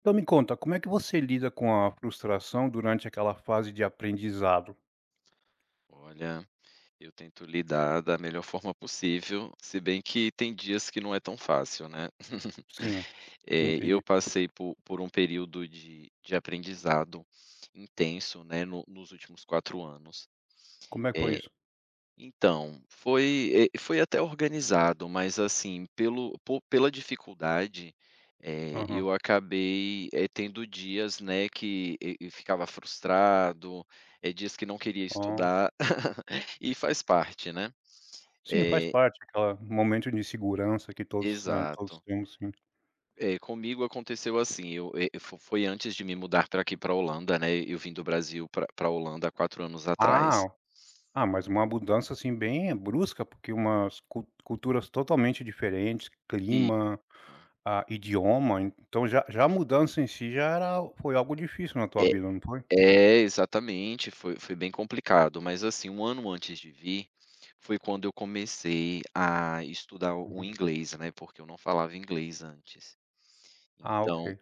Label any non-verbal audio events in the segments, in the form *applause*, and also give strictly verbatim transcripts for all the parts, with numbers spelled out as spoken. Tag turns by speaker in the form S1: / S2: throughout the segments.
S1: Então me conta, como é que você lida com a frustração durante aquela fase de aprendizado?
S2: Olha, eu tento lidar da melhor forma possível, se bem que tem dias que não é tão fácil, né?
S1: Sim,
S2: *laughs*
S1: sim,
S2: Eh, eu
S1: entendi.
S2: passei po por um período de de aprendizado intenso, né, no nos últimos quatro anos.
S1: Como é que foi
S2: Eh
S1: isso?
S2: então, foi eh, foi até organizado, mas assim, pelo po pela dificuldade, eh,
S1: Aham.
S2: eu acabei, eh, tendo dias, né, que e e ficava frustrado, eh, dias que não queria
S1: Oh.
S2: estudar, *laughs* e faz parte, né.
S1: Sim, faz
S2: Eh
S1: parte, aquela momento de insegurança que todos, eh, todos
S2: exato.
S1: temos, sim.
S2: Eh, comigo aconteceu assim, eu eh, fo foi antes de me mudar para aqui para Holanda, né, eu vim do Brasil para pra Holanda há 4 anos
S1: Ah,
S2: atrás.
S1: ah, mas uma mudança, assim, bem brusca, porque umas cul culturas totalmente diferentes, clima,
S2: e
S1: ah, idioma, então já já a mudança em si já era foi algo difícil na tua vida, não foi?
S2: É, exatamente, foi foi bem complicado, mas assim, um ano antes de vir, foi quando eu comecei a estudar o o
S1: Uhum.
S2: inglês, né, porque eu não falava inglês antes.
S1: Ah,
S2: Então,
S1: ok.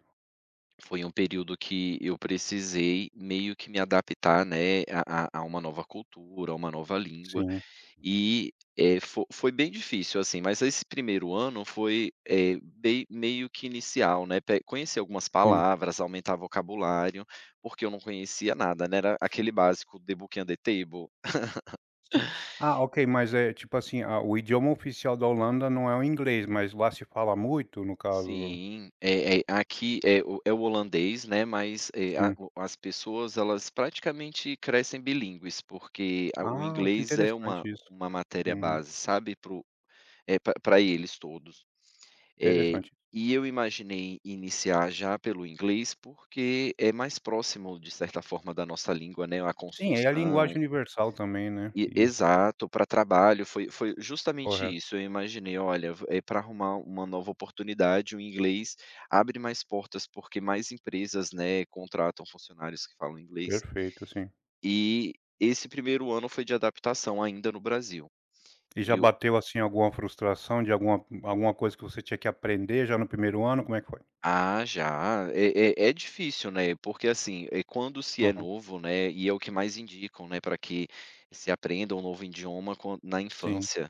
S2: foi um período que eu precisei meio que me adaptar, né, a a a uma nova cultura, a uma nova língua.
S1: Sim,
S2: E, eh, fo foi bem difícil, assim, mas esse primeiro ano foi, eh, bem meio que inicial, né, pe conhecer algumas
S1: sim.
S2: palavras, aumentar vocabulário, porque eu não conhecia nada, né, era aquele básico The Book and the Table.
S1: Sim. Ah, ok, mas é tipo assim, ah, o idioma oficial da Holanda não é o inglês, mas lá se fala muito, no caso?
S2: Sim, é é aqui é o é o holandês, né, mas, eh, a
S1: Sim.
S2: o as pessoas elas praticamente crescem bilíngues, porque a o
S1: Ah, que
S2: inglês é uma
S1: interessante isso.
S2: uma matéria
S1: Uhum,
S2: base, sabe, pro é para eles todos. Eh,
S1: interessante.
S2: e eu imaginei iniciar já pelo inglês, porque é mais próximo, de certa forma, da nossa língua, né, a
S1: Sim, é a
S2: construção
S1: linguagem universal também, né,
S2: e
S1: e
S2: exato, para trabalho, foi foi justamente
S1: correto.
S2: isso, eu imaginei: "Olha, v eh, para arrumar uma nova oportunidade, o inglês abre mais portas, porque mais empresas, né, contratam funcionários que falam inglês".
S1: Perfeito, sim.
S2: E esse primeiro ano foi de adaptação ainda no Brasil.
S1: E já
S2: E o
S1: bateu, assim, alguma frustração de alguma alguma coisa que você tinha que aprender já no primeiro ano, como é que foi?
S2: Ah, já. É é é difícil, né, porque, assim, é quando se é
S1: Aham.
S2: novo, né, e é o que mais indicam, né, para que se aprenda um novo idioma quan na
S1: Sim,
S2: infância.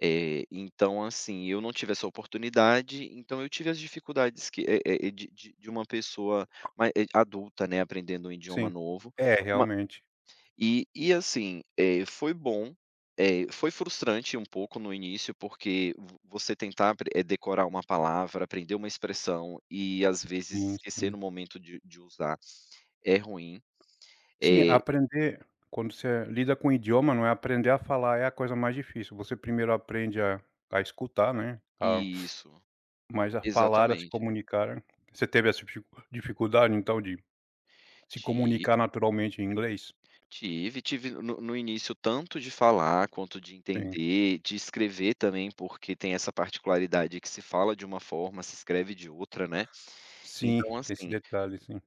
S2: Eh, então, assim, eu não tive essa oportunidade, então eu tive as dificuldades que eh eh, de de de uma pessoa ma eh, adulta, né, aprendendo um idioma
S1: sim.
S2: novo,
S1: É, realmente.
S2: e e assim, eh, foi bom, eh, foi frustrante um pouco no início, porque vo você tentar apre eh, decorar uma palavra, aprender uma expressão e às vezes
S1: Sim,
S2: esquecer
S1: sim.
S2: no momento de de usar é ruim.
S1: Sim,
S2: Eh
S1: aprender quando você lida com idioma, não é aprender a falar é a coisa mais difícil. Você primeiro aprende a a escutar, né, a
S2: isso,
S1: mas a falar, a se
S2: exatamente.
S1: comunicar. Você teve essa dificu dificuldade, então, de se
S2: Ti
S1: comunicar naturalmente em inglês?
S2: tive, tive no no início tanto de falar quanto de
S1: Sim.
S2: entender, de escrever também, porque tem essa particularidade que se fala de uma forma, se escreve de outra, né.
S1: Sim,
S2: Então
S1: tem esse
S2: assim
S1: detalhe, sim,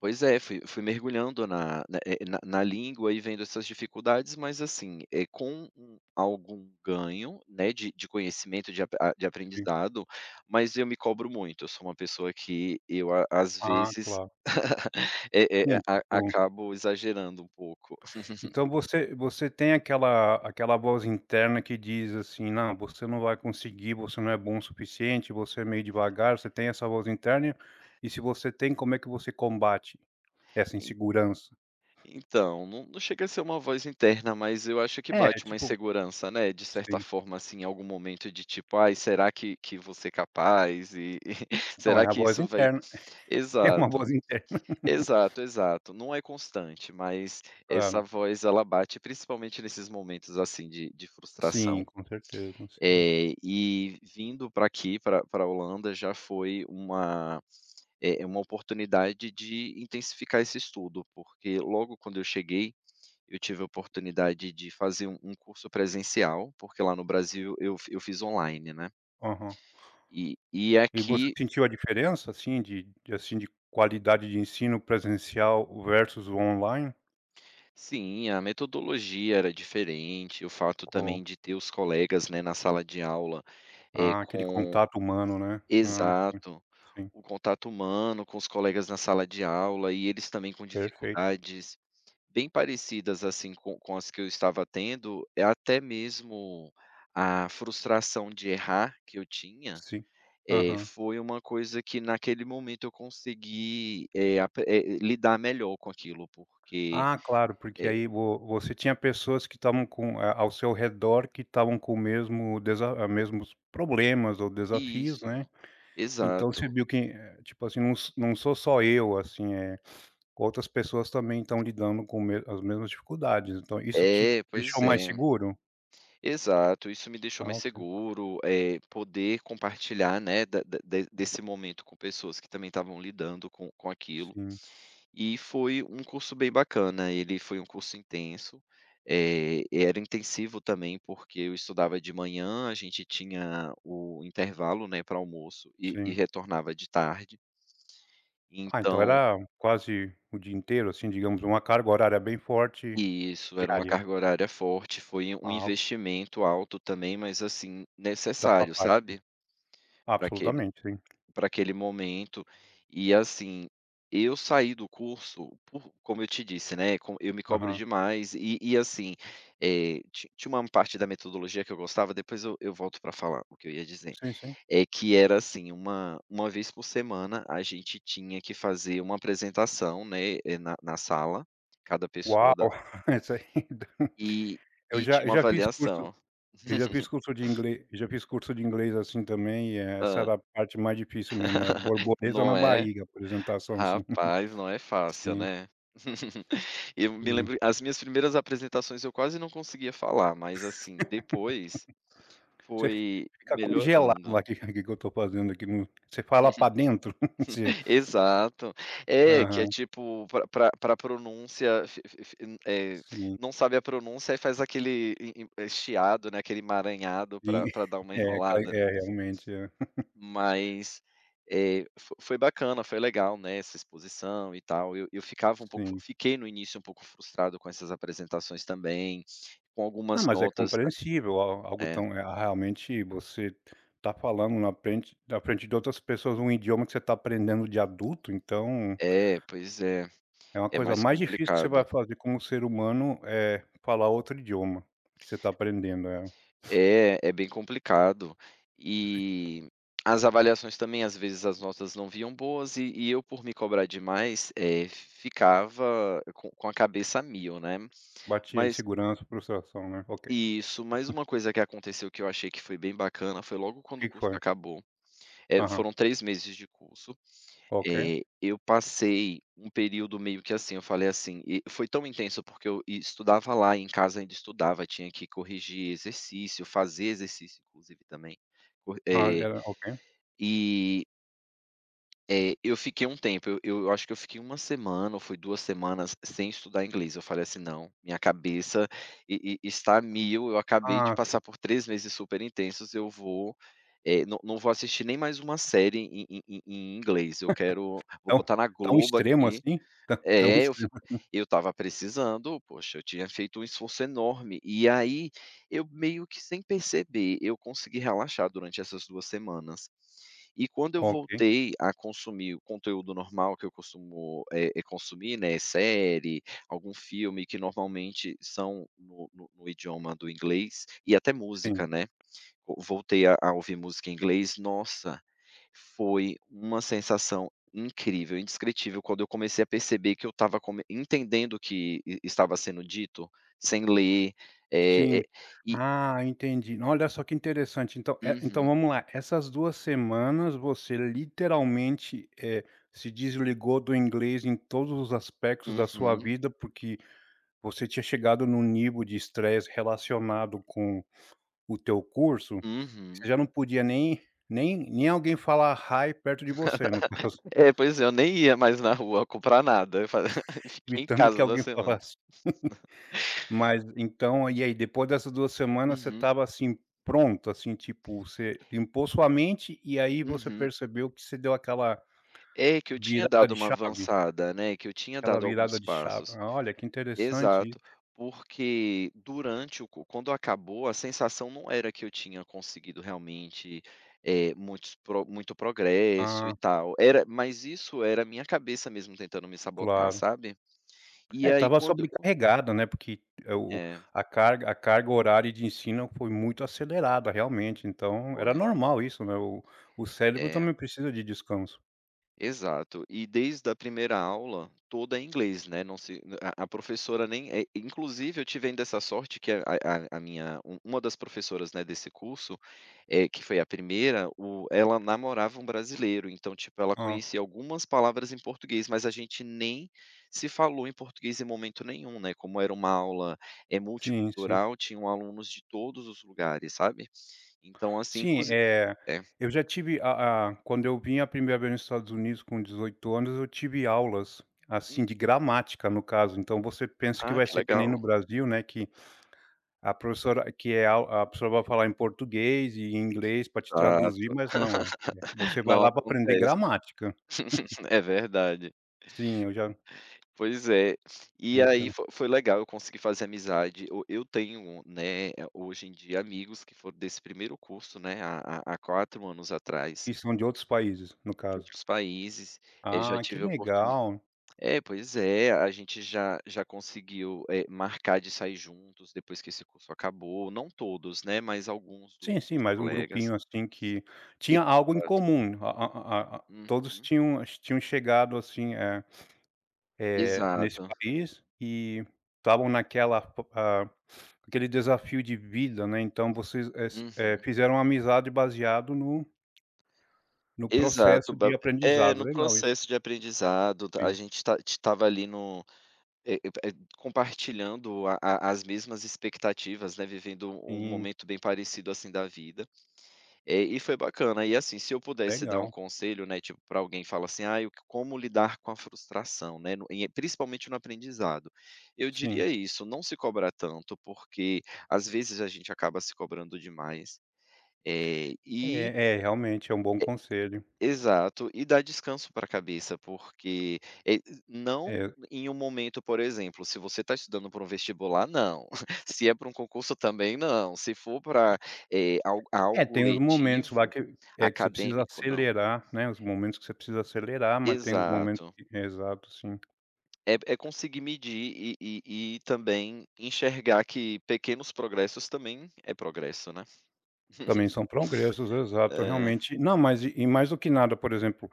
S2: Pois é, fui fui mergulhando na na, eh, na na língua e vendo essas dificuldades, mas assim, é com um algum ganho, né, de de conhecimento, de ap a de
S1: sim.
S2: aprendizado, mas eu me cobro muito, eu sou uma pessoa que eu a às
S1: Ah,
S2: vezes,
S1: claro.
S2: *laughs* eh eh,
S1: Sim,
S2: a
S1: tipo.
S2: acabo exagerando um pouco.
S1: Então você você tem aquela aquela voz interna que diz assim: "Não, você não vai conseguir, você não é bom o suficiente, você é meio devagar", você tem essa voz interna? E se você tem, como é que você combate essa
S2: *laughs*
S1: insegurança?
S2: Então, não não chega a ser uma voz interna, mas eu acho que
S1: É,
S2: bate uma
S1: tipo,
S2: insegurança, né, de certa
S1: sim.
S2: forma, assim, em algum momento de tipo: "Ai, será que que vou ser capaz?" E *laughs*
S1: Então é
S2: será
S1: a
S2: que
S1: voz
S2: isso vai.
S1: interna, *laughs* é uma
S2: Exato,
S1: voz interna.
S2: exato, exato. Não é constante, mas essa
S1: Claro.
S2: voz ela bate principalmente nesses momentos, assim, de de
S1: Sim,
S2: frustração.
S1: com certeza, sim.
S2: Eh, e vindo para aqui, para pra Holanda, já foi uma, é uma oportunidade de intensificar esse estudo, porque logo quando eu cheguei eu tive a oportunidade de fazer um um curso presencial, porque lá no Brasil eu fi eu fiz online, né.
S1: Aham.
S2: E e
S1: E você
S2: aqui
S1: sentiu a diferença, assim, de de assim, de qualidade de ensino presencial versus o online?
S2: sim, a metodologia era diferente, o fato
S1: Ou
S2: também de ter os colegas, né, na sala de aula, eh,
S1: Ah, aquele
S2: com
S1: contato humano, né. Não, sim,
S2: exato,
S1: sim,
S2: o contato humano com os colegas na sala de aula e eles também com
S1: perfeito,
S2: dificuldades bem parecidas, assim, com com as que eu estava tendo, é até mesmo a frustração de errar que eu tinha.
S1: sim.
S2: Eh,
S1: Aham.
S2: foi uma coisa que naquele momento eu consegui, eh, apre eh, lidar melhor com aquilo, porque
S1: Ah, claro, porque
S2: eh
S1: aí vo você tinha pessoas que estavam com a ao seu redor que estavam com o mesmo desa ah, mesmos problemas ou desafios,
S2: isso,
S1: né. Então você
S2: exato.
S1: viu que, eh, tipo assim, não s não sou só eu, assim, é outras pessoas também estão lidando com me as mesmas dificuldades, então isso te
S2: É,
S1: deixou
S2: pois
S1: mais
S2: é.
S1: seguro?
S2: Exato, isso me deixou
S1: Ah,
S2: mais
S1: ok.
S2: seguro, é poder compartilhar, né, da da de desse momento com pessoas que também estavam lidando com com aquilo.
S1: Sim,
S2: E foi um curso bem bacana, ele foi um curso intenso, eh, era intensivo também, porque eu estudava de manhã, a gente tinha o intervalo, né, para almoço e e
S1: sim.
S2: retornava de tarde,
S1: Ah, então
S2: então.
S1: era quase o dia inteiro, assim, digamos, uma carga horária bem forte
S2: Isso, era uma
S1: diária.
S2: carga horária forte, foi um
S1: Ah, ok,
S2: investimento alto também, mas, assim,
S1: da tua
S2: necessário,
S1: parte, sim.
S2: sabe, para aquele
S1: Absolutamente, sim.
S2: para aquele momento. E assim, eu saí do curso por como eu te disse, né, co eu me cobro
S1: Aham.
S2: demais e e assim, eh, ti tinha uma parte da metodologia que eu gostava, depois eu eu volto para falar o que eu ia dizer.
S1: Sim, sim.
S2: É que era assim, uma uma vez por semana a gente tinha que fazer uma apresentação, né, eh, na na sala, cada
S1: Uau!
S2: pessoa da
S1: *laughs* Isso aí *laughs*
S2: e
S1: eu
S2: e
S1: já
S2: tinha
S1: eu
S2: uma
S1: já fiz curso
S2: avaliação.
S1: eu já fiz
S2: *laughs*
S1: curso de inglês, eu já fiz curso de inglês, assim, também, e essa
S2: Hã.
S1: era a parte mais difícil mesmo, é
S2: *laughs*
S1: borboleta na
S2: Não é?
S1: barriga, apresentação, assim. *laughs*
S2: Rapaz, não é fácil,
S1: Sim,
S2: né? *laughs* Eu me
S1: sim.
S2: lembro as minhas primeiras apresentações eu quase não conseguia falar, mas assim, depois
S1: Você
S2: foi
S1: fica congelado
S2: melhorando.
S1: lá, *laughs* o "Que que que eu tô fazendo aqui no" você fala pra dentro, *laughs* você
S2: Exato. É, que é
S1: Aham,
S2: tipo pra pra pra pronúncia fi fi fi eh,
S1: sim.
S2: não sabe a pronúncia e faz aquele e e eh, chiado, né, aquele emaranhado
S1: Sim,
S2: pra pra dar
S1: *laughs*
S2: uma
S1: é ca
S2: enrolada.
S1: é realmente, é,
S2: Mas, eh, fo foi bacana, foi legal, né, essa exposição e tal. Eu eu ficava um pouco
S1: sim.
S2: fiquei no início um pouco frustrado com essas apresentações também, com
S1: Não,
S2: algumas
S1: mas é
S2: notas.
S1: compreensível, al algo
S2: É,
S1: tão eh, realmente você tá falando na frente na frente de outras pessoas um idioma que você está aprendendo de adulto, então
S2: é, pois é,
S1: é uma
S2: é
S1: coisa
S2: mais
S1: mais difícil que você
S2: complicado.
S1: vai fazer como ser humano, é falar outro idioma que você está aprendendo, é.
S2: É, é bem complicado. E as avaliações também, às vezes as notas não vinham boas e e eu por me cobrar demais, eh, ficava com com a cabeça a mil, né.
S1: Batia
S2: Mas
S1: insegurança, frustração, né, ok.
S2: isso, Mais uma coisa que aconteceu que eu achei que foi bem bacana, foi logo
S1: O
S2: quando
S1: Que
S2: o
S1: que
S2: curso
S1: foi?
S2: acabou, eh,
S1: Aham,
S2: foram três meses de curso.
S1: ok.
S2: Eh, eu passei um período meio que assim, eu falei assim e foi tão intenso, porque eu estudava lá, em casa ainda estudava, tinha que corrigir exercício, fazer exercício inclusive também, cor
S1: Ah,
S2: eh,
S1: era ok.
S2: e é, eu fiquei um tempo, eu eu acho que eu fiquei uma semana ou foi duas semanas sem estudar inglês, eu falei assim: "Não, minha cabeça e e está a mil, eu acabei de
S1: Ah,
S2: passar por três meses super intensos, eu vou, eh, não não vou assistir nem mais uma série em em em em inglês, eu quero vou
S1: tão
S2: botar na
S1: tão
S2: Globo
S1: extremo
S2: aqui".
S1: assim? *laughs* Tão tão
S2: É, eu
S1: extremo
S2: fi
S1: assim.
S2: eu estava precisando, poxa, eu tinha feito um esforço enorme, e aí eu meio que sem perceber, eu consegui relaxar durante essas duas semanas. E quando eu
S1: Ok,
S2: voltei a consumir o conteúdo normal que eu costumo, é eh, consumir, né, série, algum filme que normalmente são no no no idioma do inglês, e até
S1: sim.
S2: música, né, co voltei a a ouvir música em inglês, nossa, foi uma sensação incrível, indescritível, quando eu comecei a perceber que eu estava entendendo o que e estava sendo dito, sem ler, eh
S1: Sim.
S2: eh, e
S1: Ah, entendi. Olha só que interessante. Então, eh, então
S2: Uhum,
S1: vamos lá. Essas duas semanas você literalmente, eh, se desligou do inglês em todos os aspectos da sua
S2: uhum,
S1: vida, porque você tinha chegado num nível de estresse relacionado com o teu curso, você
S2: uhum.
S1: já não podia nem nem nem alguém falar "hi" perto de você, no caso,
S2: É, pois é, eu nem ia mais na rua comprar nada, eu fa *laughs*
S1: *laughs*
S2: fiquei em
S1: evitando que
S2: casa 2
S1: alguém
S2: semanas.
S1: falasse. Mas então e aí, depois dessas duas semanas você
S2: Uhum,
S1: estava, assim, pronto, assim, tipo, você limpou sua mente e aí você
S2: uhum.
S1: percebeu que você deu aquela
S2: É, que eu tinha
S1: virada
S2: dado
S1: de
S2: uma
S1: chave?
S2: avançada, né, que eu tinha
S1: Aquela
S2: dado
S1: virada
S2: alguns
S1: de chave.
S2: passos.
S1: Ah, olha, que interessante isso.
S2: Exato, porque durante o co quando acabou, a sensação não era que eu tinha conseguido realmente, eh, muitos pro muito progresso e
S1: Ah,
S2: tal, era mas isso era a minha cabeça mesmo tentando me sabotar,
S1: claro.
S2: sabe.
S1: É,
S2: E aí
S1: estava
S2: quando eu con
S1: sobrecarregada, né, porque, eh, o
S2: é,
S1: a carga a carga horária de ensino foi muito acelerada, realmente, então era
S2: foi,
S1: normal isso, né, o o cérebro
S2: é.
S1: também precisa de descanso.
S2: Exato. E desde a primeira aula, toda em inglês, né, não se a a professora nem eh, inclusive eu tive ainda essa sorte que a a a minha u uma das professoras, né, desse curso, é que foi a primeira, o ela namorava um brasileiro, então, tipo, ela
S1: Ah,
S2: conhecia algumas palavras em português, mas a gente nem se falou em português em momento nenhum, né, como era uma aula, é
S1: sim, sim.
S2: multicultural, tinham alunos de todos os lugares, sabe. Então, assim,
S1: Sim,
S2: inclusive,
S1: eh,
S2: é.
S1: eu já tive a a quando eu vim a primeira vez nos Estados Unidos com dezoito anos, eu tive aulas, assim,
S2: Hum.
S1: de gramática, no caso. Então você pensa que
S2: Ah,
S1: vai
S2: que
S1: ser que nem no
S2: legal.
S1: Brasil, né, que a professora que é au a professora vai falar em português e em inglês para te
S2: Ah,
S1: traduzir, mas não é. Você vai
S2: não
S1: lá para aprender
S2: acontece.
S1: gramática.
S2: *laughs* É verdade.
S1: Sim, eu já
S2: Pois é. E aí
S1: então,
S2: fo foi legal, eu consegui fazer amizade. Eu eu tenho, né, eh, hoje em dia amigos que foram desse primeiro curso, né, há há há 4 anos
S1: que
S2: atrás,
S1: são de outros países, no
S2: de
S1: caso.
S2: outros países, eh, já
S1: Ah, que
S2: tive a oportuni
S1: legal.
S2: é, pois é, a gente já já conseguiu, eh, marcar de sair juntos depois que esse curso acabou, não todos, né, mas alguns dos
S1: Sim, sim,
S2: dos
S1: mas um
S2: colegas.
S1: grupinho, assim, que tinha algo em
S2: Exato.
S1: comum, a a a a todos
S2: Uhum.
S1: tinham tinham chegado, assim, eh eh, nesse
S2: Exato.
S1: país e estavam naquela ah, aquele desafio de vida, né, então vocês, eh s eh,
S2: Uhum.
S1: fizeram uma amizade baseado no no
S2: Exato,
S1: processo
S2: ba
S1: de
S2: é,
S1: aprendizado.
S2: no
S1: Legal isso.
S2: processo de aprendizado, a
S1: Sim,
S2: gente tá estava ali no eh eh, compartilhando a a as mesmas expectativas, né, vivendo um um
S1: sim,
S2: momento bem parecido, assim, da vida, eh, e foi bacana. E, assim, se eu pudesse dar um
S1: legal.
S2: conselho, né, tipo, para alguém fala assim: "Ai, como lidar com a frustração, né, no e principalmente no aprendizado". Eu
S1: Sim.
S2: diria isso, não se cobrar tanto, porque às vezes a gente acaba se cobrando demais, eh, e
S1: É, é, realmente é um bom conselho.
S2: Exato, e dá descanso para a cabeça, porque, eh, não
S1: É,
S2: em um momento, por exemplo, se você está estudando para um vestibular, não. *laughs* Se é para um concurso, também não. Se for para, eh,
S1: é,
S2: algo
S1: tem os momentos lá
S2: letivo,
S1: que é que você precisa
S2: acadêmico, não.
S1: acelerar, né, os momentos que você precisa acelerar, mas tem os momentos
S2: Exato.
S1: que exato, sim.
S2: É é conseguir medir e e e também enxergar que pequenos progressos também é progresso, né.
S1: Também são progressos, exato,
S2: É.
S1: realmente. Não, mas e e mais do que nada, por exemplo,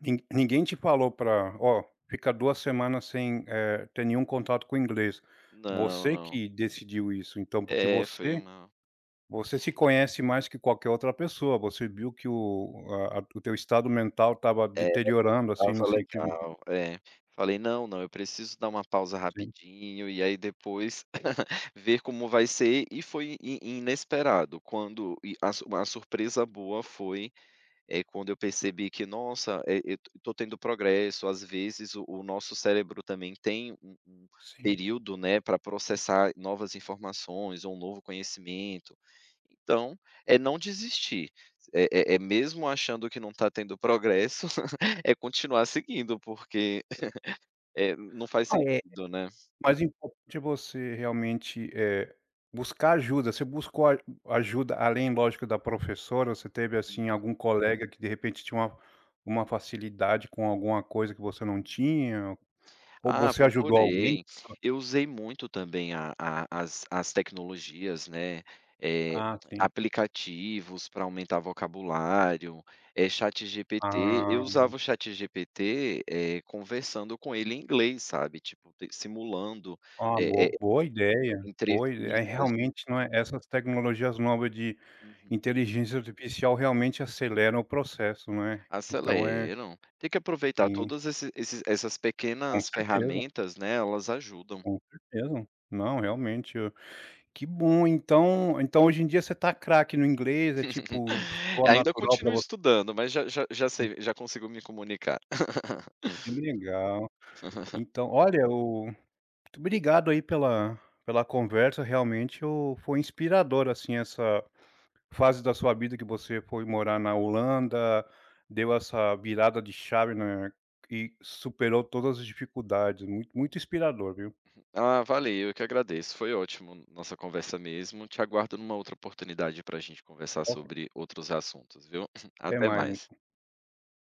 S1: nin ninguém te falou pra: "Ó, fica duas semanas sem, eh, ter nenhum contato com inglês".
S2: Não,
S1: Você
S2: não.
S1: que decidiu isso, então, porque
S2: É, foi
S1: você
S2: uma
S1: você se conhece mais que qualquer outra pessoa, você viu que o a a o teu estado mental estava deteriorando, assim, no
S2: Tava
S1: sentido de
S2: legal, é. Falei: "Não, não, eu preciso dar uma pausa
S1: sim,
S2: rapidinho e aí depois *laughs* ver como vai ser", e foi i inesperado, quando e a su a surpresa boa foi é quando eu percebi que, nossa, eh, eu estou tendo progresso, às vezes o o nosso cérebro também tem um um
S1: sim.
S2: período, né, para processar novas informações ou um novo conhecimento. Então, é não desistir, é é é mesmo achando que não está tendo progresso, *laughs* é continuar seguindo, porque, eh, não faz
S1: Ah, é.
S2: sentido, né.
S1: Mais importante é você realmente, eh, buscar ajuda. Você buscou a ajuda além, lógico, da professora? Você teve, assim, algum colega que de repente tinha uma uma facilidade com alguma coisa que você não tinha? Ou
S2: Ah,
S1: você ajudou alguém?
S2: procurei. Eu usei muito também a a as as tecnologias, né, eh,
S1: Ah, sim.
S2: aplicativos para aumentar vocabulário, eh, ChatGPT. Eu
S1: Ah,
S2: usava o ChatGPT, eh, conversando com ele em inglês, sabe, tipo, te simulando,
S1: ah,
S2: eh eh,
S1: boa boa ideia, boa ideia. É,
S2: entrevistas.
S1: realmente, não é essas tecnologias novas de
S2: Uhum.
S1: inteligência artificial realmente aceleram o processo, não é? Então é
S2: Aceleram. Tem que aproveitar
S1: sim,
S2: todas esse esses essas
S1: com
S2: pequenas
S1: certeza,
S2: ferramentas, né, elas ajudam.
S1: com certeza. Não, realmente. Que bom, então então hoje em dia você tá craque no inglês, é tipo,
S2: *laughs*
S1: soa
S2: Ainda
S1: natural pra
S2: continuo
S1: você.
S2: estudando, mas já já já sei, já consigo me comunicar. *laughs*
S1: Que legal. Então, olha, o muito obrigado aí pela pela conversa, realmente o foi inspirador, assim, essa fase da sua vida que você foi morar na Holanda, deu essa virada de chave, né, e superou todas as dificuldades, muito muito inspirador, viu.
S2: Ah, valeu, eu que agradeço, foi ótimo nossa conversa mesmo. Te aguardo numa outra oportunidade para a gente conversar
S1: Ok,
S2: sobre outros assuntos, viu? *laughs*
S1: até
S2: Até
S1: mais.
S2: mais.